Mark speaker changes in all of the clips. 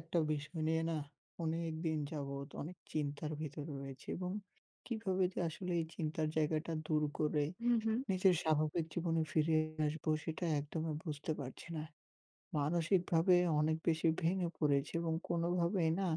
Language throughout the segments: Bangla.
Speaker 1: একটা বিষয় নিয়ে না অনেক দিন যাবৎ অনেক চিন্তার ভিতরে রয়েছে এবং কিভাবে যে আসলে এই চিন্তার জায়গাটা দূর করে
Speaker 2: হুম, হুম।
Speaker 1: নিজের স্বাভাবিক জীবনে ফিরে আসবো সেটা একদমই বুঝতে পারছি না। মানসিকভাবে অনেক বেশি ভেঙে পড়েছি এবং কোনোভাবেই না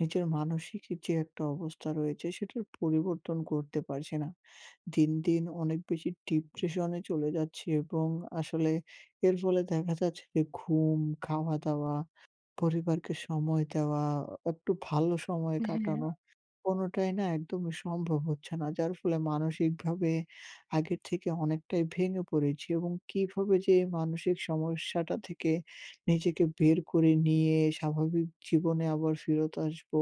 Speaker 1: নিজের মানসিক যে একটা অবস্থা রয়েছে সেটার পরিবর্তন করতে পারছি না। দিন, দিন অনেক বেশি ডিপ্রেশন এ চলে যাচ্ছি এবং আসলে এর ফলে দেখা যাচ্ছে যে ঘুম, খাওয়া-দাওয়া, পরিবারকে সময় দেওয়া, একটু ভালো সময়
Speaker 2: হ্যাঁ,
Speaker 1: কাটানো, কোনোটাই না একদমই সম্ভব হচ্ছে না। যার ফলে মানসিকভাবে আগের থেকে অনেকটাই ভেঙে পড়েছি এবং কিভাবে যে এই মানসিক সমস্যাটা থেকে নিজেকে বের করে নিয়ে স্বাভাবিক জীবনে আবার ফেরত আসবো,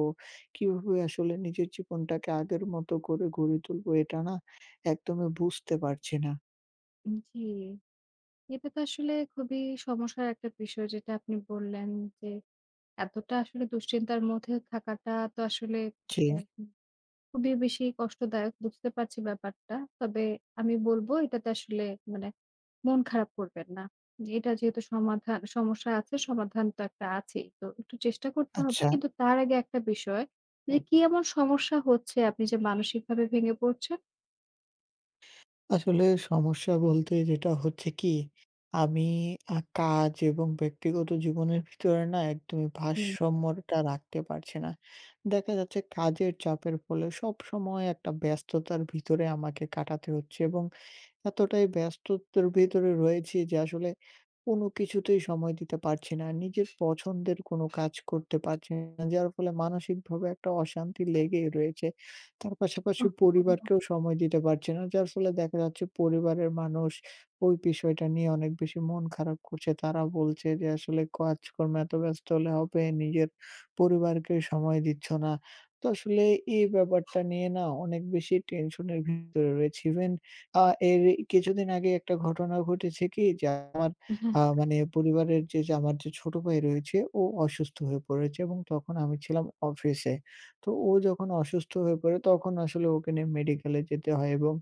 Speaker 1: কিভাবে আসলে নিজের জীবনটাকে আগের মতো করে গড়ে তুলবো, এটা না একদমই বুঝতে পারছি না।
Speaker 2: জি। এটা তো আসলে খুবই সমস্যার একটা বিষয় যেটা আপনি বললেন যে, এতটা আসলে দুশ্চিন্তার মধ্যে থাকাটা তো আসলে
Speaker 1: জি,
Speaker 2: মানে খুবই বেশি কষ্টদায়ক। বুঝতে পারছি ব্যাপারটা। তবে আমি বলব এটাতে আসলে মানে মন খারাপ করবেন না। যে এটা যেহেতু সমাধান সমস্যা আছে, সমাধান তো একটা আছেই। তো একটু চেষ্টা করতে হবে।
Speaker 1: আচ্ছা।
Speaker 2: কিন্তু তার আগে একটা বিষয় যে, কি এমন সমস্যা হচ্ছে আপনি যে মানসিকভাবে ভেঙে পড়ছেন?
Speaker 1: আসলে সমস্যা বলতে যেটা হচ্ছে কি, আমি কাজ এবং ব্যক্তিগত জীবনের ভিতরে না একদমই
Speaker 2: হুম।
Speaker 1: ভারসাম্যটা রাখতে পারছি না। দেখা যাচ্ছে, কাজের চাপের ফলে সবসময় একটা ব্যস্ততার ভিতরে আমাকে কাটাতে হচ্ছে এবং এতটাই ব্যস্ততার ভিতরে রয়েছি যে আসলে কোনো কিছুতেই সময় দিতে পারছি না। নিজের পছন্দের কোনো কাজ করতে পারছি না। যার ফলে মানসিকভাবে একটা অশান্তি লেগেই রয়েছে। তার পাশাপাশি
Speaker 2: ওহো!
Speaker 1: পরিবারকেও সময় দিতে পারছি না। যার ফলে দেখা যাচ্ছে, পরিবারের মানুষ ওই বিষয়টা নিয়ে অনেক বেশি মন খারাপ করছে। তারা বলছে যে, আসলে কাজকর্মে এত ব্যস্ত হলে হবে, নিজের পরিবারকে সময় দিচ্ছ না। তো আসলে এই ব্যাপারটা নিয়ে না অনেক বেশি টেনশনের ভিতরে রয়েছি। ইভেন আ এর কিছুদিন আগে একটা ঘটনা ঘটেছে কি, যে আমার মানে পরিবারের যে আমার যে ছোট ভাই রয়েছে, ও অসুস্থ হয়ে পড়েছে এবং তখন আমি ছিলাম অফিসে। তো ও যখন অসুস্থ হয়ে পড়ে তখন আসলে ওকে নিয়ে মেডিকেলে যেতে হয় এবং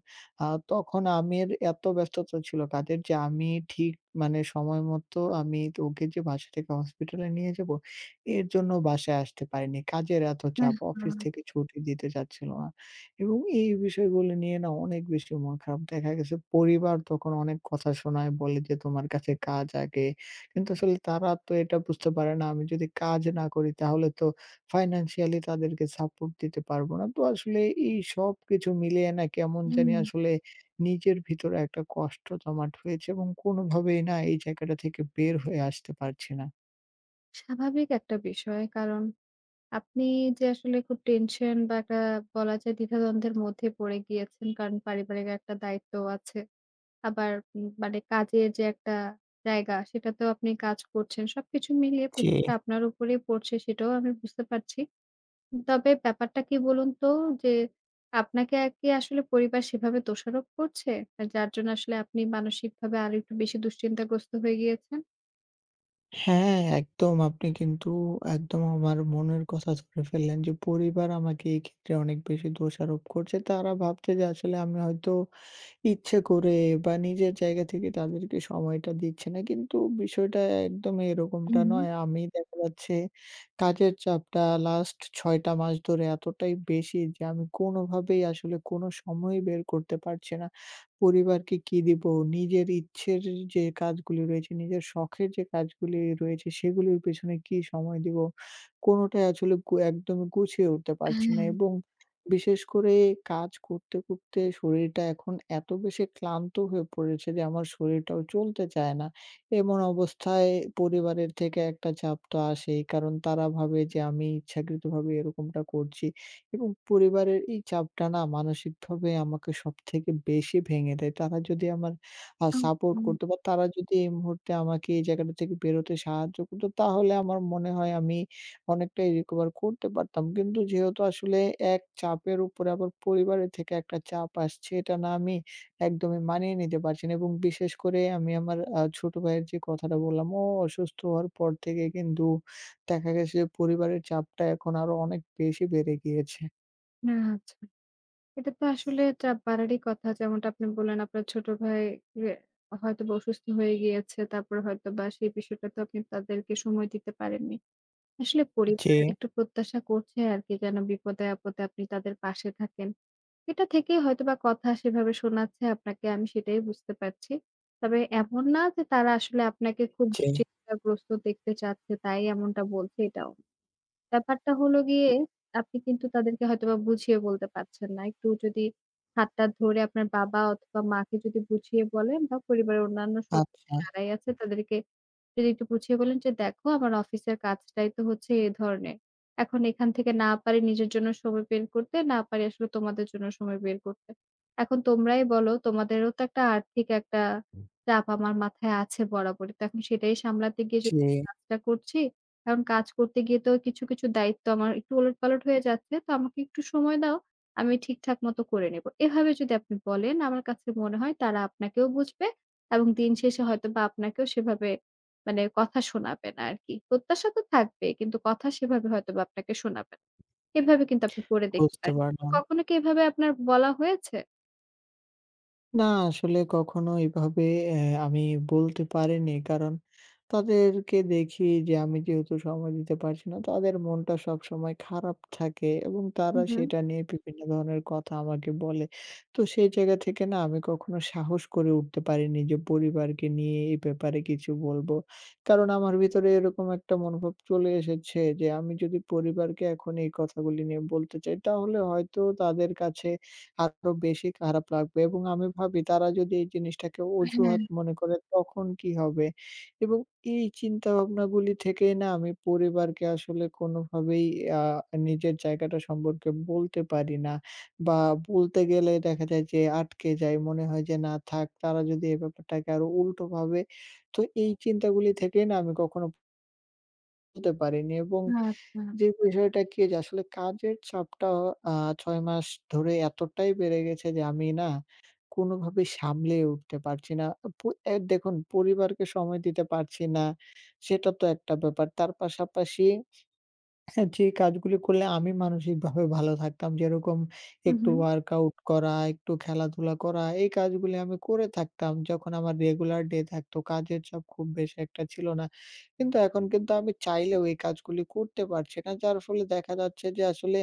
Speaker 1: আ তখন আমের এত ব্যস্ততা ছিল কাজের যে আমি ঠিক মানে সময় মতো আমি তো ওকে যে বাসা থেকে হসপিটালে নিয়ে যাবো, এর জন্য বাসায় আসতে পারিনি। কাজের এত
Speaker 2: হ্যাঁ,
Speaker 1: চাপ,
Speaker 2: হ্যাঁ,
Speaker 1: অফিস
Speaker 2: হ্যাঁ।
Speaker 1: থেকে ছুটি দিতে চাচ্ছিল না। এবং এই বিষয়গুলো নিয়ে না অনেক বেশি মন খারাপ। দেখা গেছে, পরিবার তখন অনেক কথা শোনায়, বলে যে, "তোমার কাছে কাজ আগে।" কিন্তু আসলে তারা তো এটা বুঝতে পারে না, আমি যদি কাজ না করি তাহলে তো ফাইন্যান্সিয়ালি তাদেরকে সাপোর্ট দিতে পারবো না। তো আসলে এই সবকিছু মিলিয়ে না কেমন
Speaker 2: হুম,
Speaker 1: জানি আসলে নিজের ভিতরে একটা কষ্ট জমাট হয়েছে এবং কোনোভাবেই না এই জায়গাটা থেকে বের হয়ে আসতে পারছি না।
Speaker 2: স্বাভাবিক একটা বিষয়। কারণ আপনি যে আসলে খুব টেনশন বা একটা বলা যায় দ্বিধাদ্বন্দ্বের মধ্যে পড়ে গিয়েছেন। কারণ পারিবারিক একটা দায়িত্ব আছে। আবার মানে কাজের যে একটা জায়গা সেটাতেও আপনি কাজ করছেন। সবকিছু মিলিয়ে
Speaker 1: জি।
Speaker 2: প্রেশারটা আপনার উপরেই পড়ছে সেটাও আমি বুঝতে পারছি। তবে ব্যাপারটা কি বলুন তো যে আপনাকে কি আসলে পরিবার সেভাবে দোষারোপ করছে? আর যার জন্য আসলে আপনি মানসিকভাবে আরেকটু বেশি দুশ্চিন্তাগ্রস্ত হয়ে গিয়েছেন?
Speaker 1: হ্যাঁ, একদম। আপনি কিন্তু একদম আমার মনের কথা ধরে ফেললেন যে, পরিবার আমাকে এই ক্ষেত্রে অনেক বেশি দোষারোপ করছে। তারা ভাবছে যে আসলে আমি হয়তো ইচ্ছে করে বা নিজের জায়গা থেকে তাদেরকে সময়টা দিচ্ছে না। কিন্তু বিষয়টা একদমই এরকমটা
Speaker 2: হুম,
Speaker 1: নয়। আমি দেখা যাচ্ছে কাজের চাপটা লাস্ট ৬ টা মাস ধরে এতটাই বেশি যে আমি কোনোভাবেই আসলে কোনো সময়ই বের করতে পারছি না। পরিবারকে কি দিব? নিজের ইচ্ছের যে কাজগুলি রয়েছে, নিজের শখের যে কাজগুলি রয়েছে, সেগুলির পেছনে কি সময় দিব? কোনোটাই আসলে একদম গুছিয়ে উঠতে পারছি না
Speaker 2: হ্যাঁ,
Speaker 1: এবং বিশেষ করে কাজ করতে, করতে শরীরটা এখন এত বেশি ক্লান্ত হয়ে পড়েছে যে আমার শরীরটাও চলতে চায় না। এমন অবস্থায় পরিবারের থেকে একটা চাপ তো আসেই। কারণ তারা ভাবে যে আমি ইচ্ছাকৃতভাবে এরকমটা করছি এবং পরিবারের এই চাপটা না মানসিকভাবে আমাকে সবথেকে বেশি ভেঙে দেয়। তারা যদি আমার সাপোর্ট
Speaker 2: একদম।
Speaker 1: করতো বা তারা যদি এই মুহূর্তে আমাকে এই জায়গাটা থেকে বেরোতে সাহায্য করতো, তাহলে আমার মনে হয় আমি অনেকটাই রিকভার করতে পারতাম। কিন্তু যেহেতু আসলে এক চাপের উপরে আবার পরিবারের থেকে একটা চাপ আসছে, এটা না আমি একদমই মানিয়ে নিতে পারছি না এবং বিশেষ করে আমি আমার ছোট ভাইয়ের যে কথাটা বললাম, ও অসুস্থ হওয়ার পর থেকে কিন্তু দেখা গেছে যে পরিবারের চাপটা এখন আরো অনেক বেশি বেড়ে গিয়েছে।
Speaker 2: না, আচ্ছা। এটা তো আসলে চাপ বাড়ারই কথা। যেমনটা আপনি বললেন আপনার ছোট ভাই ইয়ে হয়তোবা অসুস্থ হয়ে গিয়েছে। তারপরে হয়তোবা সেই বিষয়টাতে আপনি তাদেরকে সময় দিতে পারেননি। আসলে
Speaker 1: জি,
Speaker 2: পরিবার একটু প্রত্যাশা করছে আরকি যেন বিপদে-আপদে আপনি তাদের পাশে থাকেন। এটা থেকেই হয়তোবা কথা সেভাবে শোনাচ্ছে আপনাকে আমি সেটাই বুঝতে পারছি। তবে এমন না যে তারা আসলে আপনাকে খুব
Speaker 1: জি।
Speaker 2: দুশ্চিন্তাগ্রস্ত দেখতে চাচ্ছে তাই এমনটা বলছে এটাও ব্যাপারটা হলো গিয়ে আপনি কিন্তু তাদেরকে হয়তোবা বুঝিয়ে বলতে পারছেন না। একটু যদি হাতটা ধরে আপনার বাবা অথবা মাকে যদি বুঝিয়ে বলেন বা পরিবারের অন্যান্য সদস্য
Speaker 1: আচ্ছা,
Speaker 2: যারাই আছে তাদেরকে যদি একটু বুঝিয়ে বলেন যে, "দেখো আমার অফিসের কাজটাই তো হচ্ছে এ ধরনের। এখন এখান থেকে না পারি নিজের জন্য সময় বের করতে, না পারি আসলে তোমাদের জন্য সময় বের করতে। এখন তোমরাই বলো তোমাদেরও তো একটা আর্থিক একটা চাপ আমার মাথায় আছে বরাবরই। তো এখন সেটাই সামলাতে গিয়ে
Speaker 1: জি,
Speaker 2: যদি কাজটা করছি, এখন কাজ করতে গিয়ে তো কিছু দায়িত্ব আমার একটু ওলটপালট হয়ে যাচ্ছে। তো আমাকে একটু সময় দাও। আমি ঠিকঠাক মতো করে নেব।" এভাবে যদি আপনি বলেন আমার কাছে মনে হয় তারা আপনাকেও বুঝবে এবং দিন শেষে হয়তোবা আপনাকেও সেভাবে কথা শোনাবে না আরকি। প্রত্যাশা তো থাকবে কিন্তু কথা সেভাবে হয়তোবা আপনাকে শোনাবে না। এভাবে কিন্তু আপনি করে দেখতে
Speaker 1: বুঝতে
Speaker 2: পারেন। তো
Speaker 1: পারলাম।
Speaker 2: কখনো কি এভাবে আপনার বলা হয়েছে?
Speaker 1: না আসলে কখনো এভাবে অ্যা আমি বলতে পারিনি। কারণ তাদেরকে দেখি যে আমি যেহেতু সময় দিতে পারছি না, তাদের মনটা সবসময় খারাপ থাকে এবং
Speaker 2: হু,
Speaker 1: তারা
Speaker 2: হুম।
Speaker 1: সেটা নিয়ে বিভিন্ন ধরনের কথা আমাকে বলে। তো সেই জায়গা থেকে না আমি কখনো সাহস করে উঠতে পারিনি যে পরিবারকে নিয়ে এই ব্যাপারে কিছু বলবো। কারণ আমার ভিতরে এরকম একটা মনোভাব চলে এসেছে যে আমি যদি পরিবারকে এখন এই কথাগুলি নিয়ে বলতে চাই, তাহলে হয়তো তাদের কাছে আরো বেশি খারাপ লাগবে এবং আমি ভাবি তারা যদি এই জিনিসটাকে
Speaker 2: হ্যাঁ,
Speaker 1: অজুহাত মনে করে তখন কি হবে? এবং এই চিন্তাভাবনাগুলি থেকেই না আমি পরিবারকে আসলে কোনোভাবেই আ নিজের জায়গাটা সম্পর্কে বলতে পারি না, বা বলতে গেলে দেখা যায় যে আটকে যাই। মনে হয় যে, না থাক, তারা যদি এই ব্যাপারটাকে আরো উল্টো ভাবে। তো এই চিন্তাগুলি থেকেই না আমি কখনো বলতে পারিনি এবং
Speaker 2: আচ্ছা।
Speaker 1: যে বিষয়টা কি, যে আসলে কাজের চাপটা আ ৬ মাস ধরে এতটাই বেড়ে গেছে যে আমি না কোনোভাবেই সামলিয়ে উঠতে পারছি না। পো এ দেখুন, পরিবারকে সময় দিতে পারছি না, সেটা তো একটা ব্যাপার। তার পাশাপাশি হ্যাঁ, যে কাজগুলি করলে আমি মানসিকভাবে ভালো থাকতাম। যেরকম
Speaker 2: হু,
Speaker 1: একটু
Speaker 2: হুম।
Speaker 1: ওয়ার্কআউট করা, একটু খেলাধুলা করা, এই কাজগুলি আমি করে থাকতাম যখন আমার রেগুলার ডে থাকতো। কাজের চাপ খুব বেশি একটা ছিল না। কিন্তু এখন কিন্তু আমি চাইলেও এই কাজগুলি করতে পারছি না। যার ফলে দেখা যাচ্ছে যে আসলে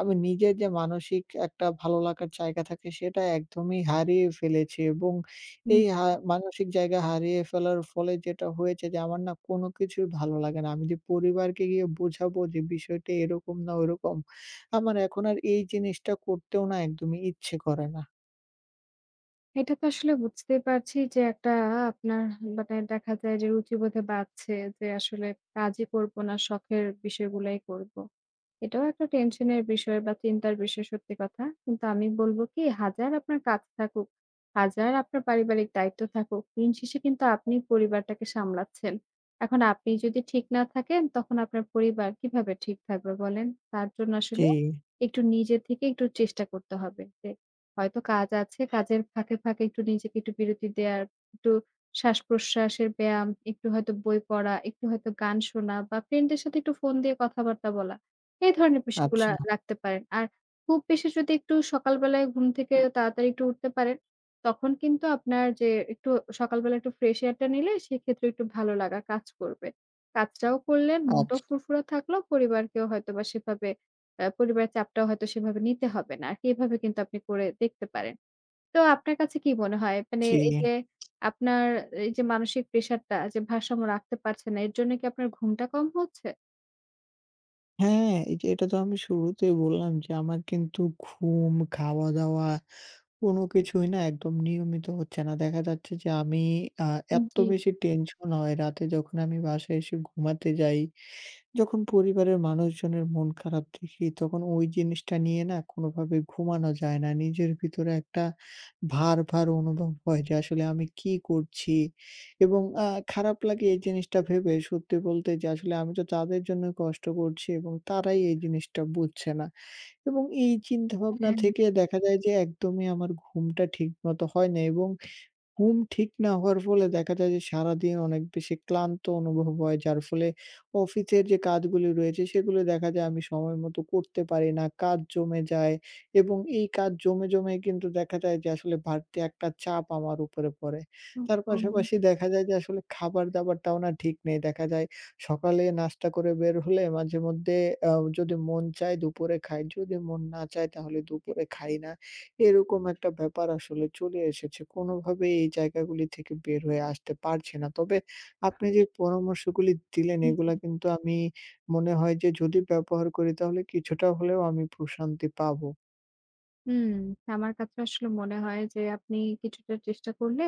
Speaker 1: আমি নিজের যে মানসিক একটা ভালো লাগার জায়গা থাকে সেটা একদমই হারিয়ে ফেলেছি এবং
Speaker 2: হুম,
Speaker 1: এই মানসিক জায়গা হারিয়ে ফেলার ফলে যেটা হয়েছে যে, আমার না কোনো কিছুই ভালো লাগে না। আমি যে পরিবারকে গিয়ে বোঝাবো যে বিষয়টা এরকম না ওরকম, আমার এখন আর এই জিনিসটা করতেও না একদমই ইচ্ছে করে না।
Speaker 2: এটা তো আসলে বুঝতেই পারছি যে একটা আপনার দেখা যায় যে রুচিবোধে বাধছে যে আসলে কাজই করব না, শখের বিষয়গুলাই করব। এটাও একটা টেনশনের বিষয় বা চিন্তার বিষয় সত্যি কথা। কিন্তু আমি বলব কি হাজার আপনার কাজ থাকুক, হাজার আপনার পারিবারিক দায়িত্ব থাকুক, দিন শেষে কিন্তু আপনি পরিবারটাকে সামলাচ্ছেন। এখন আপনি যদি ঠিক না থাকেন তখন আপনার পরিবার কিভাবে ঠিক থাকবে বলেন? তার জন্য
Speaker 1: জি,
Speaker 2: আসলে একটু নিজে থেকে একটু চেষ্টা করতে হবে যে হয়তো কাজ আছে, কাজের ফাঁকে একটু নিজেকে একটু বিরতি দেয়ার, একটু শ্বাসপ্রশ্বাসের ব্যায়াম, একটু হয়তো বই পড়া, একটু হয়তো গান শোনা বা ফ্রেন্ডের সাথে একটু ফোন দিয়ে কথাবার্তা বলা। এই ধরনের
Speaker 1: আচ্ছা,
Speaker 2: বিষয়গুলা রাখতে পারেন। আর খুব বেশি যদি একটু সকালবেলায় ঘুম থেকে তাড়াতাড়ি একটু উঠতে পারেন, তখন কিন্তু আপনার যে একটু সকালবেলা একটু ফ্রেশ এয়ারটা নিলে সেক্ষেত্রে একটু ভালো লাগা কাজ করবে। কাজটাও করলেন, মনটাও
Speaker 1: আচ্ছা,
Speaker 2: ফুরফুরা থাকলো, পরিবারকেও হয়তোবা সেভাবে পরিবারের চাপটাও হয়তো সেভাবে নিতে হবে না। আরকি এভাবে কিন্তু আপনি করে দেখতে পারেন। তো আপনার কাছে কি মনে হয়? মানে
Speaker 1: জি।
Speaker 2: এই যে আপনার এই যে মানসিক প্রেশারটা যে ভারসাম্য রাখতে পারছেন না, এর জন্য কি আপনার ঘুমটা কম হচ্ছে?
Speaker 1: হ্যাঁ, এই যে এটা তো আমি শুরুতেই বললাম যে আমার কিন্তু ঘুম, খাওয়া-দাওয়া কোনো কিছুই না একদম নিয়মিত হচ্ছে না। দেখা যাচ্ছে যে আমি আ এত
Speaker 2: জি,
Speaker 1: বেশি টেনশন হয় রাতে যখন আমি বাসায় এসে ঘুমাতে যাই, যখন পরিবারের মানুষজনের মন খারাপ দেখি, তখন ওই জিনিসটা নিয়ে না কোনোভাবে ঘুমানো যায় না। নিজের ভিতরে একটা ভার, ভার অনুভব হয় যে আসলে আমি কি করছি? এবং খারাপ লাগে এই জিনিসটা ভেবে, সত্যি বলতে, যে আসলে আমি তো তাদের জন্য কষ্ট করছি এবং তারাই এই জিনিসটা বুঝছে না। এবং এই চিন্তাভাবনা
Speaker 2: হ্যাঁ।
Speaker 1: থেকে দেখা যায় যে একদমই আমার ঘুমটা ঠিক মতো হয় না এবং ঘুম ঠিক না হওয়ার ফলে দেখা যায় যে সারাদিন অনেক বেশি ক্লান্ত অনুভব হয়। যার ফলে অফিসের যে কাজগুলি রয়েছে সেগুলো দেখা যায় আমি সময় মতো করতে পারি না। কাজ জমে যায় এবং এই কাজ জমে, জমে কিন্তু দেখা যায় যে আসলে বাড়তি একটা চাপ আমার উপরে পড়ে। তার
Speaker 2: একদম।
Speaker 1: পাশাপাশি দেখা যায় যে আসলে খাবার-দাবারটাও না ঠিক নেই। দেখা যায় সকালে নাস্তা করে বের হলে মাঝেমধ্যে আ যদি মন চায় দুপুরে খাই, যদি মন না চায় তাহলে দুপুরে খাই না। এরকম একটা ব্যাপার আসলে চলে এসেছে। কোনোভাবেই এই জায়গাগুলি থেকে বের হয়ে আসতে পারছি না। তবে আপনি যে পরামর্শগুলি দিলেন
Speaker 2: হুম,
Speaker 1: এগুলা কিন্তু আমি মনে হয় যে যদি ব্যবহার করি তাহলে কিছুটা হলেও আমি প্রশান্তি পাবো।
Speaker 2: হুম, আমার কাছে আসলে মনে হয় যে আপনি কিছুটা চেষ্টা করলে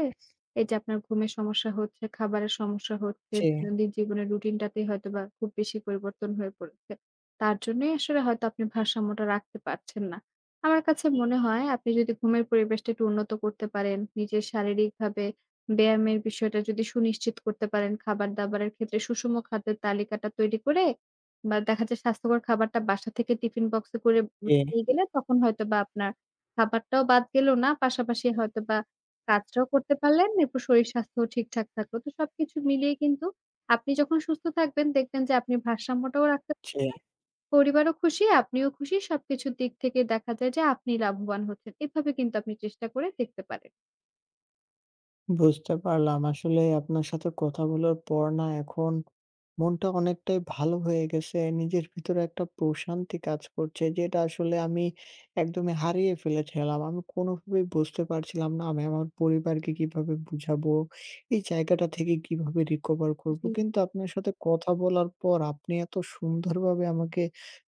Speaker 2: এই যে আপনার ঘুমের সমস্যা হচ্ছে, খাবারের সমস্যা হচ্ছে,
Speaker 1: জি,
Speaker 2: দৈনন্দিন জীবনের রুটিনটাতেই হয়তোবা খুব বেশি পরিবর্তন হয়ে পড়েছে। তার জন্যই আসলে হয়তো আপনি ভারসাম্যটা রাখতে পারছেন না। আমার কাছে মনে হয় আপনি যদি ঘুমের পরিবেশটা একটু উন্নত করতে পারেন, নিজের শারীরিকভাবে ব্যায়ামের বিষয়টা যদি সুনিশ্চিত করতে পারেন, খাবার-দাবারের ক্ষেত্রে সুষম খাদ্যের তালিকাটা তৈরি করে বা দেখা যায় স্বাস্থ্যকর খাবারটা বাসা থেকে টিফিন বক্সে করে
Speaker 1: জি,
Speaker 2: নিয়ে গেলে তখন হয়তোবা আপনার খাবারটাও বাদ গেল না। পাশাপাশি হয়তোবা কাজটাও করতে পারলেন, এরপর শরীর স্বাস্থ্যও ঠিকঠাক থাকলো। তো সবকিছু মিলিয়ে কিন্তু আপনি যখন সুস্থ থাকবেন দেখবেন যে আপনি ভারসাম্যটাও রাখতে
Speaker 1: জি।
Speaker 2: পারছেন। পরিবারও খুশি, আপনিও খুশি। সবকিছুর দিক থেকে দেখা যায় যে আপনি লাভবান হচ্ছেন। এভাবে কিন্তু আপনি চেষ্টা করে দেখতে পারেন।
Speaker 1: বুঝতে পারলাম। আসলে আপনার সাথে কথা বলার পর না এখন মনটা অনেকটাই ভালো হয়ে গেছে। নিজের ভিতরে একটা প্রশান্তি কাজ করছে, যেটা আসলে আমি একদমই হারিয়ে ফেলেছিলাম। আমি কোনোভাবেই বুঝতে পারছিলাম না আমি আমার পরিবারকে কিভাবে বুঝাবো, এই জায়গাটা থেকে কিভাবে recover করবো।
Speaker 2: জি।
Speaker 1: কিন্তু আপনার সাথে কথা বলার পর আপনি এত সুন্দরভাবে আমাকে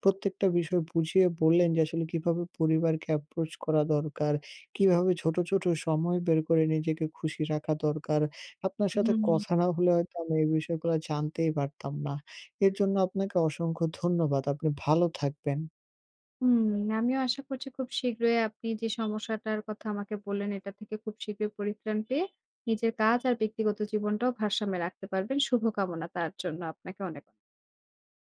Speaker 1: প্রত্যেকটা বিষয় বুঝিয়ে বললেন যে আসলে কিভাবে পরিবারকে approach করা দরকার, কিভাবে ছোট, ছোট সময় বের করে নিজেকে খুশি রাখা দরকার। আপনার সাথে
Speaker 2: হুম।
Speaker 1: কথা না হলে হয়তো আমি এই বিষয়গুলা জানতেই পারতাম না। এর জন্য আপনাকে অসংখ্য ধন্যবাদ। আপনি ভালো থাকবেন।
Speaker 2: হুম, আমিও আশা করছি খুব শীঘ্রই আপনি যে সমস্যাটার কথা আমাকে বললেন, এটা থেকে খুব শীঘ্রই পরিত্রাণ পেয়ে নিজের কাজ আর ব্যক্তিগত জীবনটাও ভারসাম্যে রাখতে পারবেন। শুভকামনা তার জন্য। আপনাকে অনেক অনেক